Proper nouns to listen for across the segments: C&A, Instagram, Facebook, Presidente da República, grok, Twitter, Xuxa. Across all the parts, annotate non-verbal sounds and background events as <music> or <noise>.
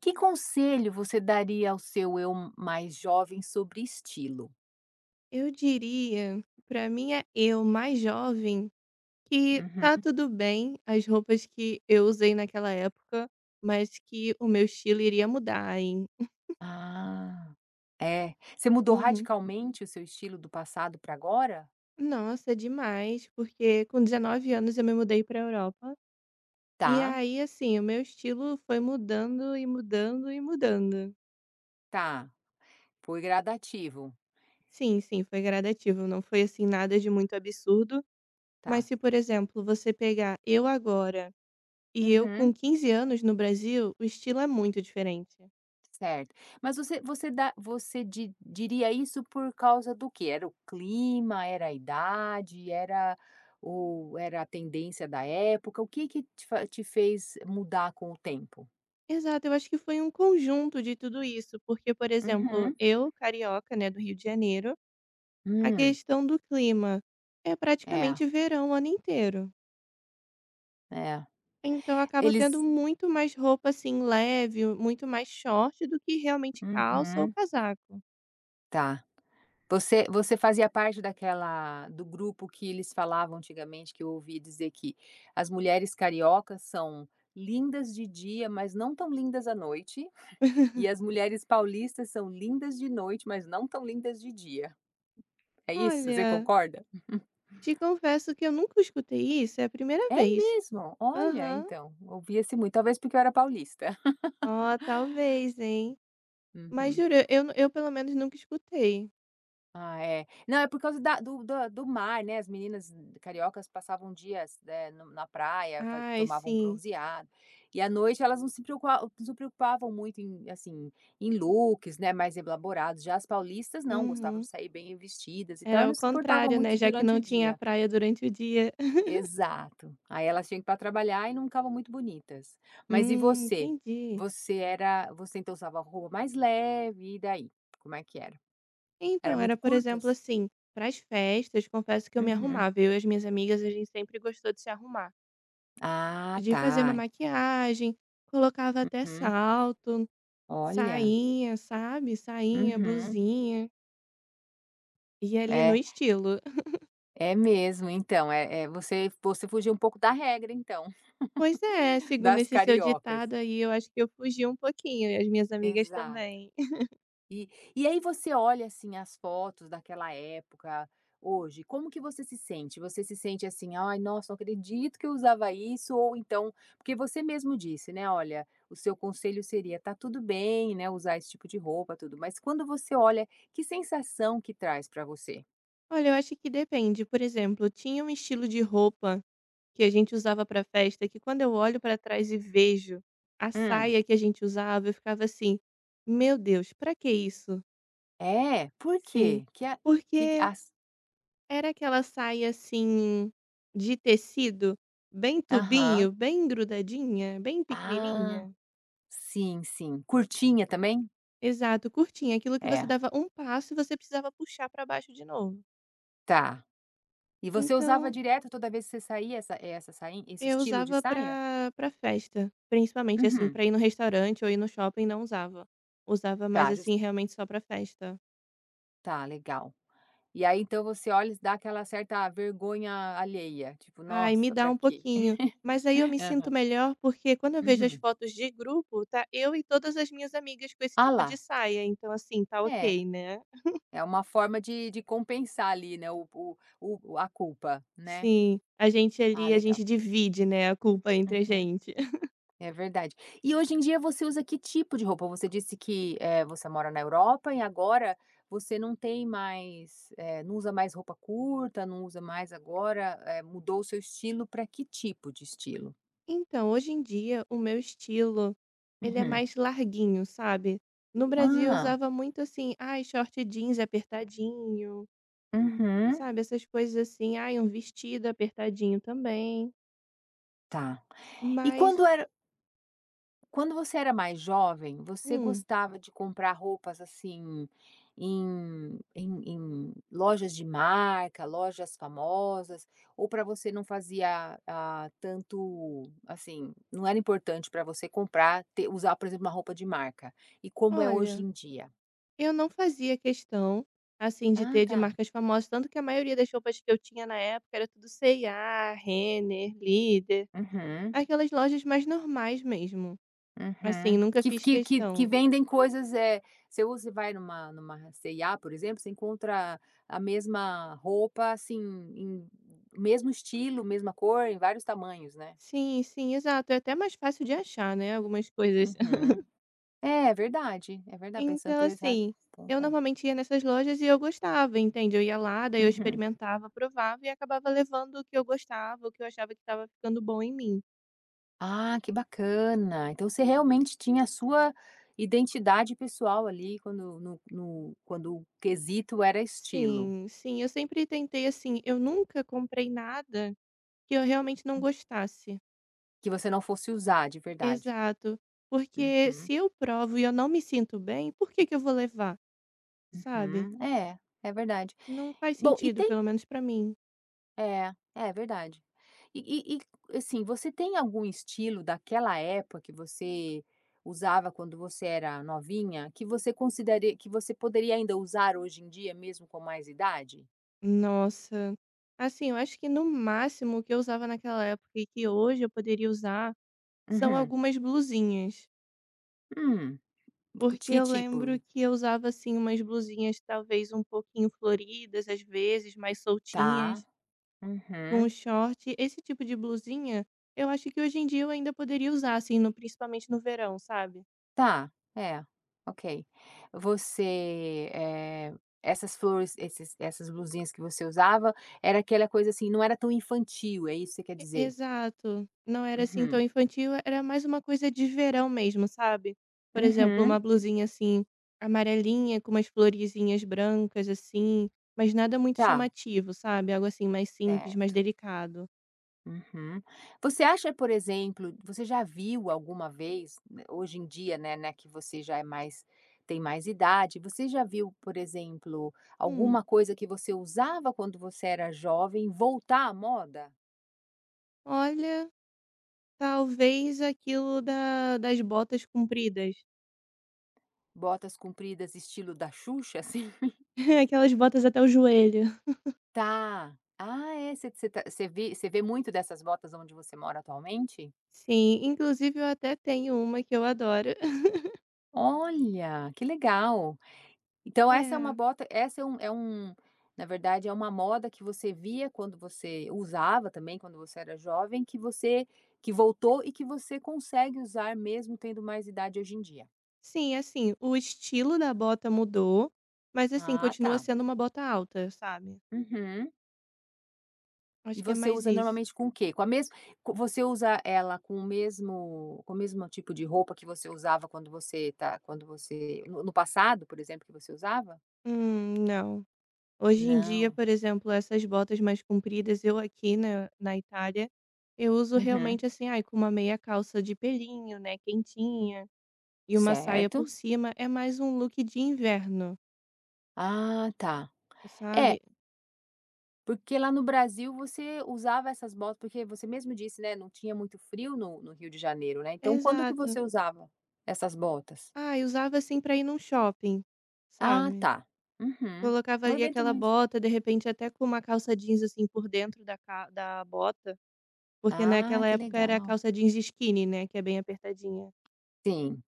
Que conselho você daria ao seu eu mais jovem sobre estilo? Eu diria, pra minha eu mais jovem, que Uhum. tá tudo bem as roupas que eu usei naquela época, mas que o meu estilo iria mudar, hein. Ah, é. Você mudou Uhum. radicalmente o seu estilo do passado para agora? Nossa, demais, porque com 19 anos eu me mudei pra Europa, e Tá, aí, assim, o meu estilo foi mudando e mudando e mudando. tá. Foi gradativo, Sim, sim, foi gradativo, não foi, assim, nada de muito absurdo, mas tá. se, por exemplo, você pegar eu agora e eu, com Uhum, 15 anos no Brasil, o estilo é muito diferente. certo. Mas você diria isso por causa do quê? Era o clima, era a idade, era a tendência da época? O que te fez mudar com o tempo? Exato, eu acho que foi um conjunto de tudo isso, porque, por exemplo, Uhum. eu, carioca, né, do Rio de Janeiro, a Hum, questão do clima é é. praticamente verão o ano inteiro. É, Então, eu acabo tendo eles muito mais roupa assim leve, muito mais short do que realmente calça ou uhum, casaco. tá. Você fazia parte daquela do grupo que eles falavam antigamente, que eu ouvi dizer que as mulheres cariocas são lindas de dia, mas não tão lindas à noite, <laughs> e as mulheres paulistas são lindas de noite, mas não tão lindas de dia. É isso? Você Olha, concorda? te confesso que eu nunca escutei isso, é a primeira É vez. mesmo? Olha, Aham. então, ouvia-se muito, talvez porque eu era paulista. <laughs> Ó, talvez, hein? Mas Uhum. juro, eu pelo menos nunca escutei. Ah, é. Não, é por causa da do da do mar, né, as meninas cariocas passavam dias, né, no na praia, fa Ai, tomavam um sim. bronzeado, e à noite elas não se preocupavam muito em, assim, em looks, né, mais elaborados, já as paulistas não, gostavam Uhum. de sair bem vestidas e tal, e Era o não se importavam contrário, né, muito já que durante não o tinha dia. praia durante o dia. <laughs> Exato. Aí elas tinham que ir pra trabalhar e não ficavam muito bonitas. Mas e você? Entendi. Você era você então usava roupa mais leve, e daí? Como é que era? Era Então, era, muito por exemplo, curtas? assim, para as festas, confesso que eu me Uhum. arrumava. Eu e as minhas amigas, a gente sempre gostou de se arrumar, Ah, de fazer uma tá. maquiagem, colocava até Uhum. salto, Olha. sainha, sabe, sainha, Uhum. blusinha, e ali no É, estilo. é mesmo. Então, você fugiu um pouco da regra, então, Pois é, <laughs> segundo das esse seu cariocas. ditado aí, eu acho que eu fugi um pouquinho e as minhas amigas Exato. também. <laughs> E, e aí você olha assim as fotos daquela época, hoje, como que você se sente? Você se sente assim, ai, nossa, não acredito que eu usava isso, ou então, porque você mesmo disse, né? Olha, o seu conselho seria, tá tudo bem, né, usar esse tipo de roupa, tudo, mas quando você olha, que sensação que traz pra você? Olha, eu acho que depende. Por exemplo, tinha um estilo de roupa que a gente usava pra festa que quando eu olho pra trás e vejo a Hum. saia que a gente usava, eu ficava assim: "Meu Deus, pra que isso?". É? Por Sim, quê? Que a que que porque as era aquela saia assim de tecido, bem aham. tubinho, bem grudadinha, bem Ah, pequenininha. sim, sim. Curtinha também? Exato, curtinha, aquilo que você É, dava um passo e você precisava puxar pra baixo de novo. tá. E você usava Então, direto toda vez que você saía essa essa sain esse eu estilo de usava saia? pra para festa, principalmente, assim, Uhum. pra ir no restaurante ou ir no shopping não usava. Usava mais, Tá, jus assim, realmente só pra festa. tá, legal. E aí, então, você olha e dá aquela certa vergonha alheia, tipo: "Ai, me "Nossa, dá pra um quê?" pouquinho", mas aí eu <laughs> me sinto Aham. melhor, porque quando eu vejo as Uhum. fotos de grupo, tá eu e todas as minhas amigas com esse Ah tipo de lá. saia, então, assim, tá É, ok, né. é uma forma de compensar ali, né, o a culpa, né. Sim, a gente Ah, ali, a legal. gente divide, né, a culpa entre a Uhum. gente. É verdade. E hoje em dia você usa que tipo de roupa? Você disse que, você mora na Europa e agora você não tem mais, não usa mais roupa curta, não usa mais agora, mudou o seu estilo para que tipo de estilo? Então, hoje em dia, o meu estilo, ele é Uhum. mais larguinho, sabe. No Brasil eu Ah, usava muito assim, ai, short jeans apertadinho, uhum, sabe, essas coisas assim. Ai, um vestido apertadinho também. tá. E Mas, quando era Quando você era mais jovem, você hum, gostava de comprar roupas assim em lojas de marca, lojas famosas, ou para você não fazia tanto assim, não era importante para você comprar, usar, por exemplo, uma roupa de marca. E como é hoje olha, em dia? eu não fazia questão, assim, de Ah, ter de tá. marcas famosas, tanto que a maioria das roupas que eu tinha na época era tudo C&A, Renner, Líder, Uhum. aquelas lojas mais normais mesmo. Assim, Uhum. nunca Que fiz que que que questão. vendem coisas, é se você vai numa C&A, por exemplo, você encontra a mesma roupa, assim, em mesmo estilo, mesma cor, em vários tamanhos, né. Sim, sim, exato. É até mais fácil de achar, né, algumas coisas. <laughs> Uhum. É, é verdade pensando Então, por esse ra assim, eu ponto, é. normalmente ia nessas lojas e eu gostava, entende? Eu ia lá, daí eu Uhum. experimentava, provava e acabava levando o que eu gostava, o que eu achava que estava ficando bom em mim. Ah, que bacana. Então você realmente tinha a sua identidade pessoal ali quando no no quando o quesito era estilo, Sim, sim, eu sempre tentei assim, eu nunca comprei nada que eu realmente não gostasse. que você não fosse usar de verdade. Exato. Porque Uhum. se eu provo e eu não me sinto bem, por que que eu vou levar? Sabe? Uhum. É, é verdade. Não faz Bom, e sentido, tem pelo menos pra mim. é, é verdade. E assim, você tem algum estilo daquela época que você usava quando você era novinha, que você considere que você poderia ainda usar hoje em dia, mesmo com mais idade? Nossa. Assim, eu acho que no máximo o que eu usava naquela época e que hoje eu poderia usar são Uhum. algumas blusinhas. Hum. Porque Que eu lembro tipo? que eu usava, assim, umas blusinhas talvez um pouquinho floridas, às vezes, mais Tá. soltinhas, com Uhum. short. Esse tipo de blusinha, eu acho que hoje em dia eu ainda poderia usar, assim, no, principalmente no verão, sabe? Tá, é, ok. Você, essas flores, esses essas blusinhas que você usava, era aquela coisa assim, não era tão infantil, é isso que você quer E dizer? exato. Não era, assim, tão Uhum, infantil, era mais uma coisa de verão mesmo, sabe. Por exemplo, uma uhum, blusinha, assim, amarelinha com umas florezinhas brancas, assim, mas nada muito tá, chamativo, sabe, algo, assim, mais simples, mais certo. delicado. Uhum. Você acha, por exemplo, você já viu alguma vez, né, hoje em dia, né, que você já é mais tem mais idade, você já viu, por exemplo, Hum, alguma coisa que você usava quando você era jovem voltar à moda? Olha, talvez aquilo da das botas compridas, Botas compridas estilo da Xuxa, assim? <laughs> <laughs> aquelas botas até o joelho. Tá. Ah, é, você vê muito dessas botas onde você mora atualmente? Sim, inclusive eu até tenho uma que eu adoro. <laughs> Olha, que legal. Então essa é uma É. bota essa é um na verdade, é uma moda que você via quando você usava também quando você era jovem, que você que voltou e que você consegue usar mesmo tendo mais idade hoje em dia. Sim, assim, o estilo da bota mudou, mas assim, Ah, continua tá. sendo uma bota alta, sabe? Uhum. E Acho que é você mais usa isso. normalmente com o quê? Com a mesma você usa ela com o mesmo tipo de roupa que você usava quando você no passado, por exemplo, que você usava? Não. Hoje em dia, Não. por exemplo, essas botas mais compridas, eu aqui na, na Itália, eu uso Uhum. realmente assim, ai, com uma meia calça de pelinho, né, quentinha, e uma saia por Certo. cima, é mais um look de inverno, Ah, tá. sabe? É, porque lá no Brasil você usava essas botas porque você mesmo disse, né, não tinha muito frio no Rio de Janeiro, né, então quando que Exato. você usava essas botas? Ah, eu usava assim pra ir num shopping, Ah, sabe? tá. Uhum. Colocava Um ali evento aquela mais bota, de repente até com uma calça jeans, assim, por dentro da bota, porque ah, naquela que época era a legal. calça jeans skinny, né, que é bem apertadinha. Sim.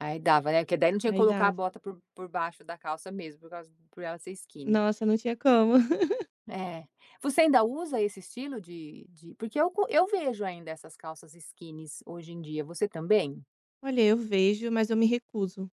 Aí dava, né, porque daí não tinha que Aí colocar a dava. bota por baixo da calça mesmo, por causa por ela ser skinny. Nossa, não tinha como. <laughs> É. Você ainda usa esse estilo de porque eu vejo ainda essas calças skinnies hoje em dia, você também? Olha, eu vejo, mas eu me recuso.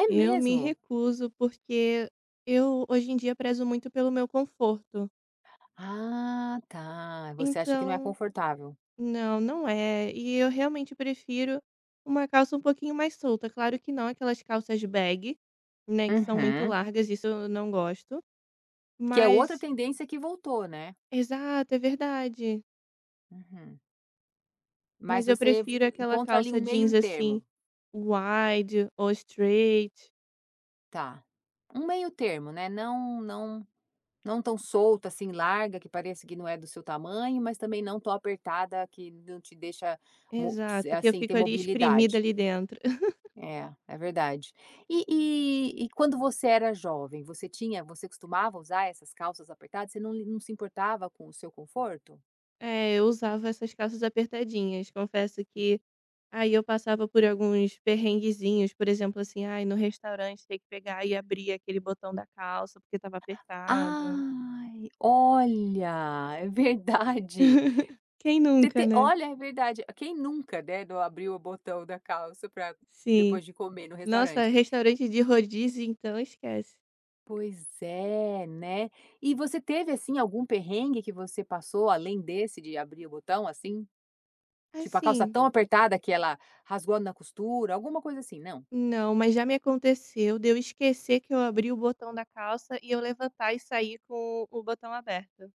É Eu me mesmo? recuso, porque eu hoje em dia prezo muito pelo meu conforto. Ah, tá, você acha que não é Então, confortável. não, não é. E eu realmente prefiro uma calça um pouquinho mais solta. Claro que não aquelas calças bag, né, que são muito Uhum. largas, isso eu não gosto. Que é outra Mas tendência que voltou, né. exato, é verdade. Uhum. Mas Mas eu você prefiro aquela encontra ali calça um jeans, meio assim, termo. wide ou straight. Tá. Um meio termo, né, não não Não tão solta, assim, larga, que parece que não é do seu tamanho, mas também não tão apertada que não te deixa, mo Exato, que eu assim, ter fico ali espremida mobilidade. ali dentro. <laughs> É, é verdade. E quando você era jovem, você tinha você costumava usar essas calças apertadas? Você não se importava com o seu conforto? É, eu usava essas calças apertadinhas. Confesso que aí eu passava por alguns perrenguezinhos, por exemplo, assim, ai, no restaurante ter que pegar e abrir aquele botão da calça porque estava apertado. Ai, olha, é verdade. <laughs> Quem nunca, né? É verdade. Quem nunca, né, não abriu o botão da calça para Sim. depois de comer no Nossa, restaurante. restaurante de rodízio, então esquece. Pois é, né. E você teve, assim, algum perrengue que você passou além desse de abrir o botão, assim? Tipo, a calça Assim. tão apertada que ela rasgou na costura, alguma coisa assim, não? Não, mas já me aconteceu de eu esquecer que eu abri o botão da calça e eu levantar e sair com o botão aberto.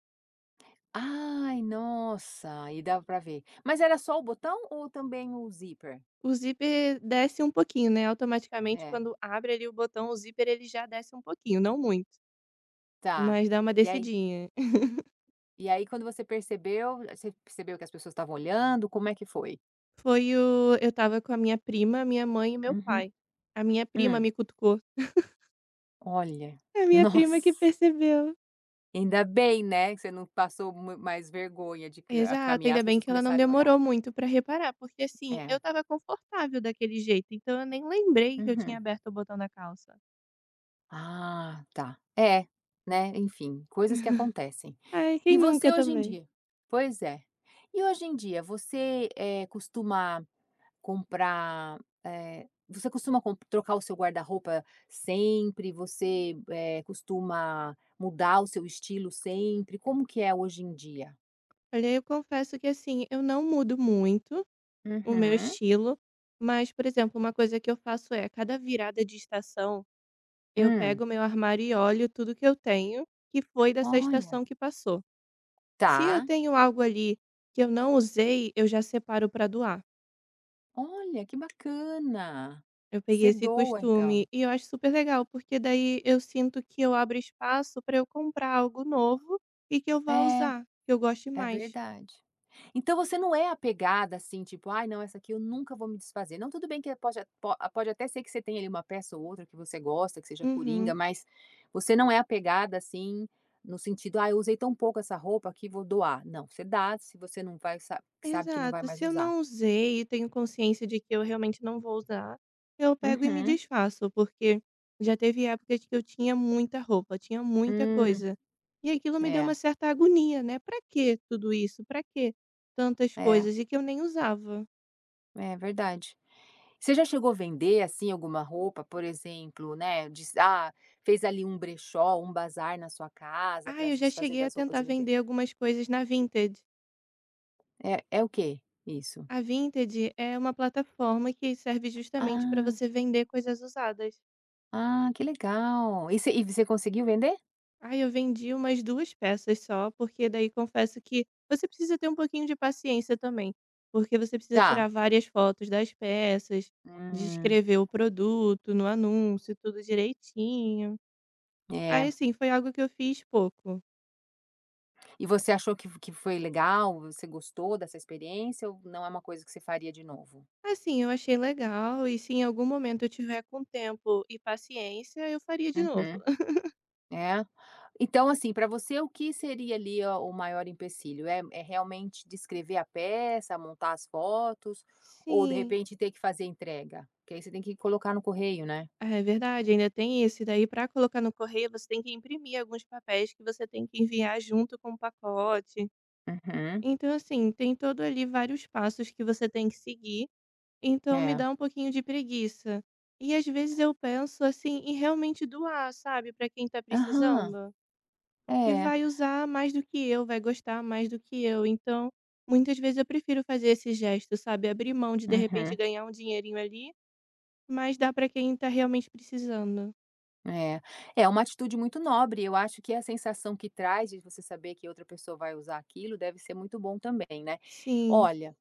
Ai, nossa, e dava pra ver. Mas era só o botão ou também o zíper? O zíper desce um pouquinho, né, automaticamente É, quando abre ali o botão, o zíper ele já desce um pouquinho, não muito, tá. mas dá uma E aí descidinha. <laughs> e aí quando você percebeu que as pessoas estavam olhando, como é que foi? Foi o Eu estava com a minha prima, minha mãe e meu Uhum. pai. A minha prima Hum, me cutucou. olha, A minha <laughs> prima que nossa. percebeu. Ainda bem, né, que você não passou mu mais vergonha de ca Exato, caminhar, ainda as bem pessoas que ela não começarem a olhar. demorou muito pra reparar, porque assim, eu É. estava confortável daquele jeito, então eu nem lembrei que eu tinha Uhum. aberto o botão da calça. Ah, tá. É, né, enfim, coisas que acontecem. Ai, quem E você nunca hoje em também. dia? Pois é. E hoje em dia, você, costuma comprar, você costuma com trocar o seu guarda-roupa sempre? Você, costuma mudar o seu estilo sempre? Como que é hoje em dia? Olha, eu confesso que assim, eu não mudo muito o meu Uhum. estilo, mas, por exemplo, uma coisa que eu faço é, a cada virada de estação, eu Hum. pego o meu armário e olho tudo que eu tenho que foi dessa Olha. estação que passou. Se eu Tá. tenho algo ali que eu não usei, eu já separo para doar. Olha, que bacana. Eu peguei Você esse doa costume então. e eu acho super legal, porque daí eu sinto que eu abro espaço para eu comprar algo novo e que eu vá É, usar, que eu goste é mais. verdade. Então você não é apegada assim, tipo: "Ai não, essa aqui eu nunca vou me desfazer". Não, tudo bem que pode a po pode até ser que você tenha ali uma peça ou outra que você gosta, que seja coringa, Uhum. mas você não é apegada assim, no sentido: "Ah, eu usei tão pouco essa roupa aqui, vou doar". Não, você dá, se você não vai sa sabe que não vai Exato, mais se eu usar. não usei e tenho consciência de que eu realmente não vou usar, eu pego e me Uhum. desfaço, porque já teve épocas que eu tinha muita roupa, tinha muita Hum, coisa. E aquilo me deu uma é, certa agonia, né? Pra que tudo isso? Pra que tantas é. coisas e que eu nem usava? É verdade. Você já chegou a vender, assim, alguma roupa, por exemplo, né, diz ah, fez ali um brechó, um bazar na sua casa Ah, para eu se já desfazer cheguei a das roupas tentar e vender? vender algumas coisas na Vinted. É o quê isso? A Vinted é uma plataforma que serve justamente para Ah, você vender coisas usadas. ah, que legal. E você conseguiu vender? Ai, eu vendi umas 2 peças só, porque daí confesso que você precisa ter um pouquinho de paciência também, porque você precisa Tá. tirar várias fotos das peças, Hum, descrever o produto no anúncio, tudo direitinho. Aí, é. assim, foi algo que eu fiz pouco. E você achou que foi legal? Você gostou dessa experiência ou não é uma coisa que você faria de novo? Assim, eu achei legal e se em algum momento eu tiver com tempo e paciência, eu faria de novo. Uhum. <laughs> É. Então, assim, para você o que seria ali, ó, o maior empecilho? É realmente descrever a peça, montar as fotos ou de Sim, repente ter que fazer entrega? Que aí você tem que colocar no correio, né? é verdade, ainda tem isso. E daí para colocar no correio, você tem que imprimir alguns papéis que você tem que enviar junto com o pacote. Uhum. Então, assim, tem todo ali vários passos que você tem que seguir, então me É. dá um pouquinho de preguiça. E às vezes eu penso assim em realmente doar, sabe, para quem tá Aham. precisando, que É. vai usar mais do que eu, vai gostar mais do que eu. Então, muitas vezes eu prefiro fazer esse gesto, sabe, abrir mão de repente Uhum. ganhar um dinheirinho ali, mas dá para quem tá realmente precisando. É. É uma atitude muito nobre, eu acho que a sensação que traz de você saber que outra pessoa vai usar aquilo deve ser muito bom também, né. Sim. Olha,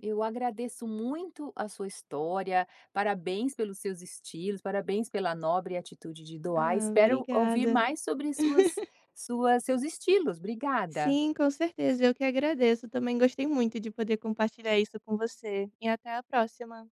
eu agradeço muito a sua história, parabéns pelos seus estilos, parabéns pela nobre atitude de doar. Ah, Espero ouvir obrigada. mais sobre seus estilos. Obrigada. Sim, com certeza. Eu que agradeço. Também gostei muito de poder compartilhar isso com você. E até a próxima.